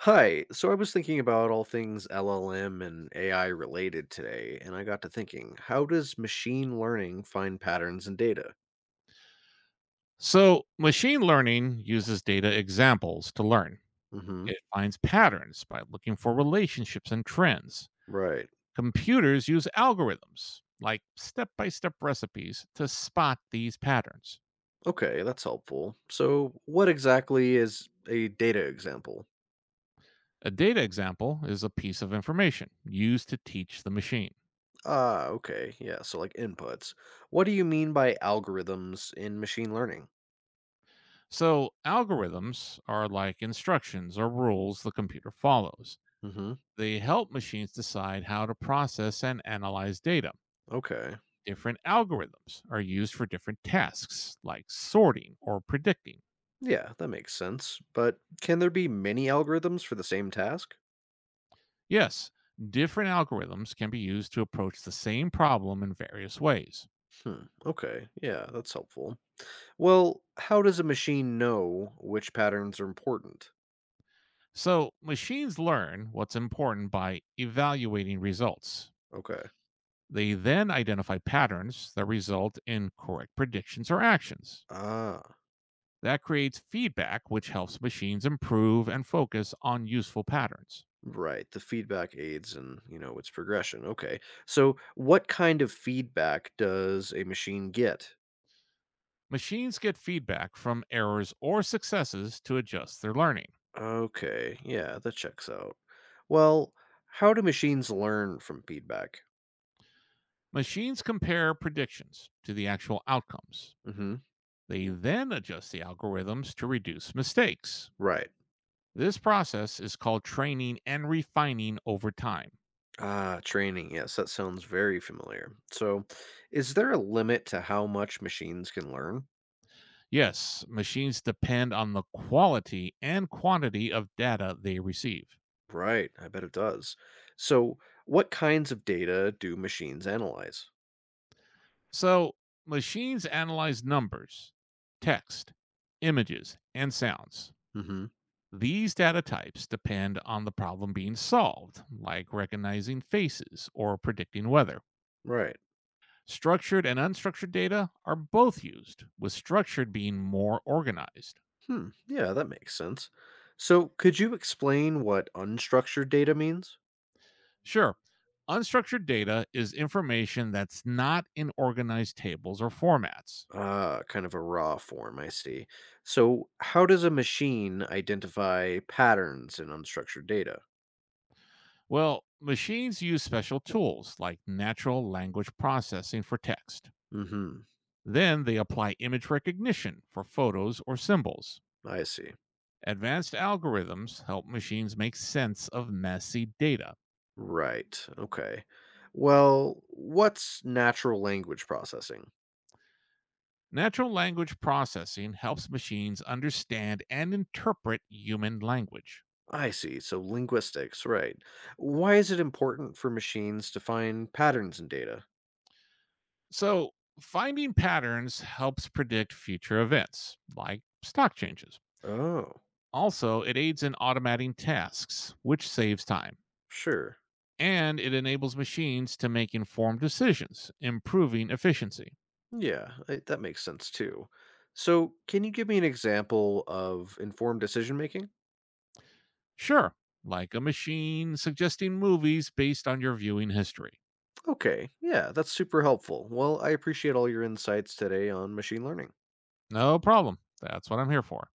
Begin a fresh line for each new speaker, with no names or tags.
Hi. So I was thinking about all things LLM and AI related today, and I got to thinking, how does machine learning find patterns in data?
So, machine learning uses data examples to learn.
Hmm.
It finds patterns by looking for relationships and trends.
Right.
Computers use algorithms, like step by step recipes, to spot these patterns.
Okay, that's helpful. So what exactly is a data example?
A data example is a piece of information used to teach the machine.
Ah, okay. Yeah, so like inputs. What do you mean by algorithms in machine learning?
So, algorithms are like instructions or rules the computer follows.
Hmm.
They help machines decide how to process and analyze data.
Okay.
Different algorithms are used for different tasks, like sorting or predicting.
Yeah, that makes sense. But can there be many algorithms for the same task?
Yes, different algorithms can be used to approach the same problem in various ways.
Hmm. Okay. Yeah, that's helpful. Well, how does a machine know which patterns are important?
So, machines learn what's important by evaluating results.
Okay.
They then identify patterns that result in correct predictions or actions.
Ah,
That creates feedback, which helps machines improve and focus on useful patterns.
right. The feedback aids in its progression. Okay. So, what kind of feedback does a machine get?
Machines get feedback from errors or successes to adjust their learning.
Okay. Yeah, that checks out. Well, how do machines learn from feedback?
Machines compare predictions to the actual outcomes.
Mhm.
They then adjust the algorithms to reduce mistakes.
Right.
This process is called training and refining over time.
Ah, training. Yes, that sounds very familiar. So, is there a limit to how much machines can learn?
Yes, machines depend on the quality and quantity of data they receive.
Right, I bet it does. So, what kinds of data do machines analyze?
So, machines analyze numbers, text, images, and sounds.
Hmm.
These data types depend on the problem being solved, like recognizing faces or predicting weather.
Right.
Structured and unstructured data are both used, with structured being more organized.
Hmm, yeah, that makes sense. So, could you explain what unstructured data means?
Sure, unstructured data is information that's not in organized tables or formats.
Ah, kind of a raw form, I see. So, how does a machine identify patterns in unstructured data?
Well, machines use special tools like natural language processing for text.
Hmm.
Then they apply image recognition for photos or symbols.
I see.
Advanced algorithms help machines make sense of messy data.
Right. Okay. Well, what's natural language processing?
Natural language processing helps machines understand and interpret human language.
I see. So linguistics, right. Why is it important for machines to find patterns in data?
So, finding patterns helps predict future events, like stock changes.
Oh,
Also, it aids in automating tasks, which saves time.
sure.
And it enables machines to make informed decisions, improving efficiency.
Yeah, that makes sense too. So, can you give me an example of informed decision making?
Sure, like a machine suggesting movies based on your viewing history.
Okay, yeah, that's super helpful. Well, I appreciate all your insights today on machine learning.
No problem. That's what I'm here for.